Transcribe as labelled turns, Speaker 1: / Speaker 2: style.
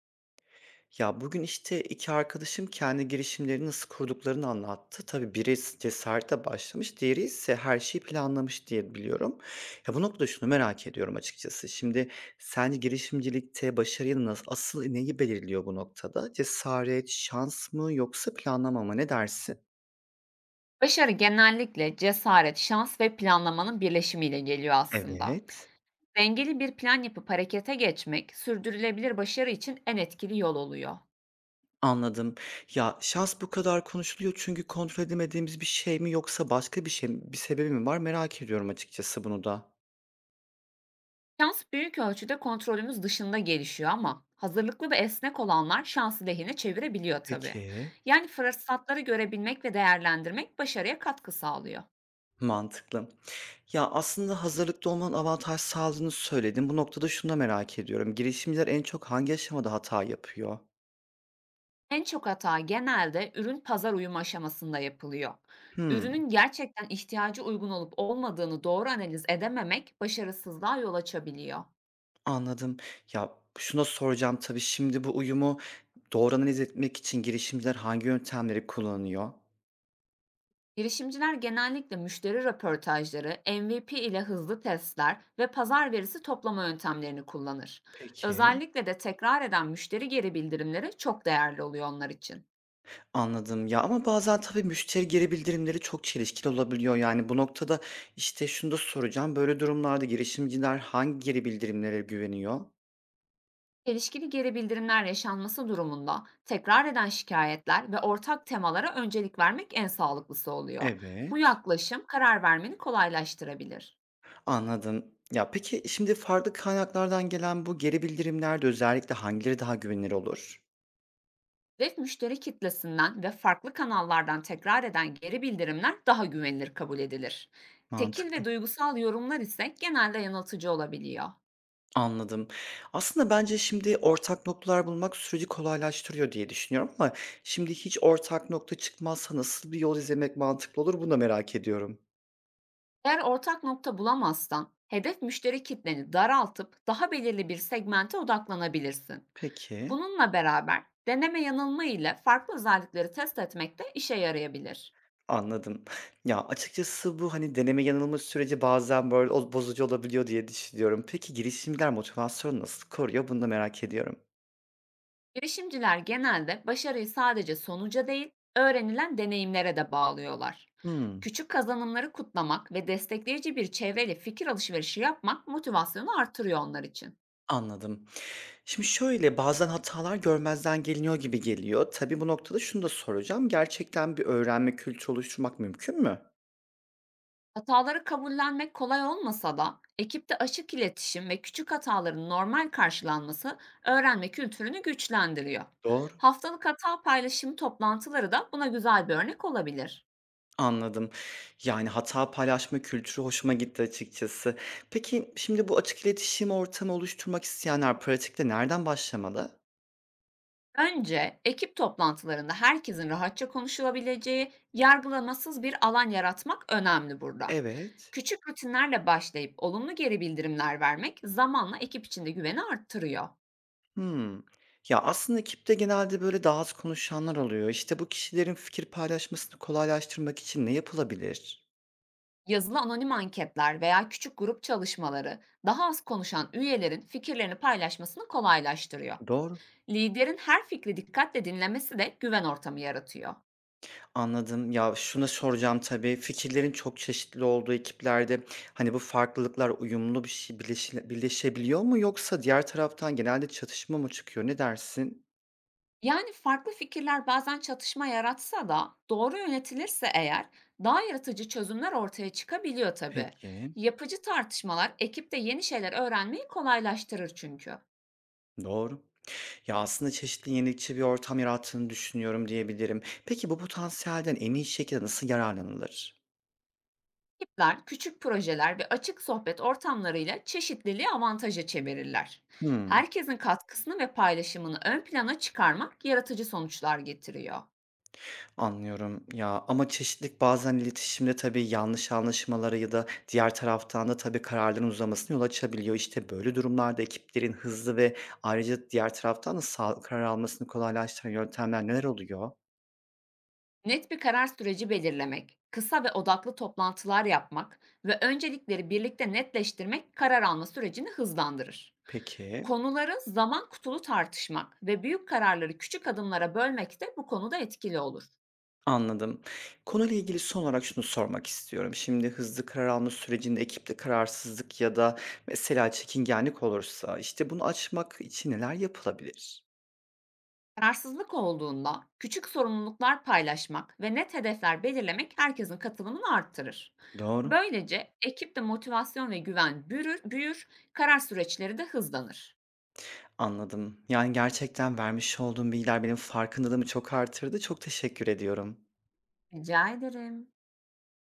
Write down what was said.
Speaker 1: Ya, bugün, işte, 2 arkadaşım kendi girişimlerini nasıl kurduklarını anlattı. Tabii biri cesarete başlamış, diğeri ise her şeyi planlamış diye biliyorum. Ya, bu noktada şunu merak ediyorum açıkçası. Şimdi sence girişimcilikte başarıyı nasıl asıl neyi belirliyor bu noktada? Cesaret, şans mı yoksa planlama mı? Ne dersin?
Speaker 2: Başarı genellikle cesaret, şans ve planlamanın birleşimiyle geliyor aslında.
Speaker 1: Evet,
Speaker 2: Dengeli bir plan yapıp harekete geçmek, sürdürülebilir başarı için en etkili yol oluyor.
Speaker 1: anladım. Ya, şans bu kadar konuşuluyor çünkü kontrol edemediğimiz bir şey mi yoksa başka bir şey mi bir sebebi mi var merak ediyorum açıkçası bunu da.
Speaker 2: Şans büyük ölçüde kontrolümüz dışında gelişiyor ama hazırlıklı ve esnek olanlar şansı lehine çevirebiliyor tabii.
Speaker 1: Peki.
Speaker 2: Yani fırsatları görebilmek ve değerlendirmek başarıya katkı sağlıyor.
Speaker 1: Mantıklı. Ya, aslında hazırlıklı olmanın avantaj sağladığını söyledin. Bu noktada şunu da merak ediyorum. Girişimciler en çok hangi aşamada hata yapıyor?
Speaker 2: En çok hata genelde ürün pazar uyumu aşamasında yapılıyor.
Speaker 1: Hımm,
Speaker 2: Ürünün gerçekten ihtiyacı uygun olup olmadığını doğru analiz edememek başarısızlığa yol açabiliyor.
Speaker 1: anladım. Ya, şunu soracağım tabii, şimdi bu uyumu doğru analiz etmek için girişimciler hangi yöntemleri kullanıyor?
Speaker 2: Girişimciler genellikle müşteri röportajları, MVP ile hızlı testler ve pazar verisi toplama yöntemlerini kullanır.
Speaker 1: Peki,
Speaker 2: Özellikle de tekrar eden müşteri geri bildirimleri çok değerli oluyor onlar için.
Speaker 1: anladım. Ya, ama bazen tabii müşteri geri bildirimleri çok çelişkili olabiliyor. Yani, bu noktada, işte, şunu da soracağım. Böyle durumlarda girişimciler hangi geri bildirimlere güveniyor?
Speaker 2: Çelişkili geri bildirimler yaşanması durumunda tekrar eden şikayetler ve ortak temalara öncelik vermek en sağlıklısı oluyor. Bu
Speaker 1: Evet.
Speaker 2: yaklaşım karar vermeni kolaylaştırabilir.
Speaker 1: Anladım. Ya, peki, şimdi farklı kaynaklardan gelen bu geri bildirimlerde özellikle hangileri daha güvenilir olur?
Speaker 2: Hedef müşteri kitlesinden ve farklı kanallardan tekrar eden geri bildirimler daha güvenilir kabul edilir. Tekil
Speaker 1: Mantıklı.
Speaker 2: ve duygusal yorumlar ise genelde yanıltıcı olabiliyor.
Speaker 1: Anladım. Aslında bence şimdi ortak noktalar bulmak süreci kolaylaştırıyor diye düşünüyorum ama şimdi hiç ortak nokta çıkmazsa nasıl bir yol izlemek mantıklı olur, bunu da merak ediyorum.
Speaker 2: Eğer ortak nokta bulamazsan, hedef müşteri kitleni daraltıp daha belirli bir segmente odaklanabilirsin.
Speaker 1: Peki,
Speaker 2: Bununla beraber deneme yanılma ile farklı özellikleri test etmek de işe yarayabilir.
Speaker 1: anladım. Ya, açıkçası bu, hani, deneme yanılma süreci bazen böyle o bozucu olabiliyor diye düşünüyorum. Peki girişimler motivasyonu nasıl koruyor, bunu da merak ediyorum.
Speaker 2: Girişimciler genelde başarıyı sadece sonuca değil, öğrenilen deneyimlere de bağlıyorlar.
Speaker 1: Hımm,
Speaker 2: Küçük kazanımları kutlamak ve destekleyici bir çevreyle fikir alışverişi yapmak motivasyonu artırıyor onlar için.
Speaker 1: anladım. Şimdi şöyle, bazen hatalar görmezden geliniyor gibi geliyor. Tabii bu noktada şunu da soracağım. Gerçekten bir öğrenme kültürü oluşturmak mümkün mü?
Speaker 2: Hataları kabullenmek kolay olmasa da ekipte açık iletişim ve küçük hataların normal karşılanması öğrenme kültürünü güçlendiriyor.
Speaker 1: Doğru.
Speaker 2: Haftalık hata paylaşım toplantıları da buna güzel bir örnek olabilir.
Speaker 1: Anladım. Yani hata paylaşma kültürü hoşuma gitti açıkçası. Peki şimdi bu açık iletişim ortamı oluşturmak isteyenler pratikte nereden başlamalı?
Speaker 2: Önce ekip toplantılarında herkesin rahatça konuşulabileceği, yargılamasız bir alan yaratmak önemli burada.
Speaker 1: Evet.
Speaker 2: Küçük rutinlerle başlayıp olumlu geri bildirimler vermek zamanla ekip içinde güveni arttırıyor.
Speaker 1: Hımm. Ya, aslında ekipte genelde böyle daha az konuşanlar oluyor. İşte bu kişilerin fikir paylaşmasını kolaylaştırmak için ne yapılabilir?
Speaker 2: Yazılı anonim anketler veya küçük grup çalışmaları daha az konuşan üyelerin fikirlerini paylaşmasını kolaylaştırıyor.
Speaker 1: Doğru.
Speaker 2: Liderin her fikri dikkatle dinlemesi de güven ortamı yaratıyor.
Speaker 1: Anladım. Ya, şunu soracağım tabii, fikirlerin çok çeşitli olduğu ekiplerde, hani, bu farklılıklar uyumlu bir şey birleşebiliyor mu yoksa diğer taraftan genelde çatışma mı çıkıyor? Ne dersin?
Speaker 2: Yani, farklı fikirler bazen çatışma yaratsa da doğru yönetilirse eğer daha yaratıcı çözümler ortaya çıkabiliyor tabii.
Speaker 1: Peki,
Speaker 2: Yapıcı tartışmalar ekipte yeni şeyler öğrenmeyi kolaylaştırır çünkü.
Speaker 1: doğru. Ya, aslında çeşitli, yenilikçi bir ortam yarattığını düşünüyorum diyebilirim. Peki bu potansiyelden en iyi şekilde nasıl yararlanılır?
Speaker 2: Ekipler, küçük projeler ve açık sohbet ortamlarıyla çeşitliliği avantaja çevirirler.
Speaker 1: Hıı.
Speaker 2: Herkesin katkısını ve paylaşımını ön plana çıkarmak yaratıcı sonuçlar getiriyor.
Speaker 1: Anlıyorum ya ama çeşitlilik bazen iletişimde tabii yanlış anlaşmalara ya da diğer taraftan da tabii kararların uzamasına yol açabiliyor. İşte böyle durumlarda ekiplerin hızlı ve ayrıca diğer taraftan da sağlıklı karar almasını kolaylaştıran yöntemler neler oluyor?
Speaker 2: Net bir karar süreci belirlemek, kısa ve odaklı toplantılar yapmak ve öncelikleri birlikte netleştirmek karar alma sürecini hızlandırır.
Speaker 1: Peki,
Speaker 2: Konuları zaman kutulu tartışmak ve büyük kararları küçük adımlara bölmek de bu konuda etkili olur.
Speaker 1: anladım. Konuyla ilgili son olarak şunu sormak istiyorum. Şimdi hızlı karar alma sürecinde ekipte kararsızlık ya da mesela çekingenlik olursa işte bunu açmak için neler yapılabilir?
Speaker 2: Kararsızlık olduğunda küçük sorumluluklar paylaşmak ve net hedefler belirlemek herkesin katılımını arttırır.
Speaker 1: Doğru.
Speaker 2: Böylece ekipte motivasyon ve güven büyür, karar süreçleri de hızlanır.
Speaker 1: Anladım. Yani, gerçekten vermiş olduğun bilgiler benim farkındalığımı çok artırdı. Çok teşekkür ediyorum.
Speaker 2: Rica ederim.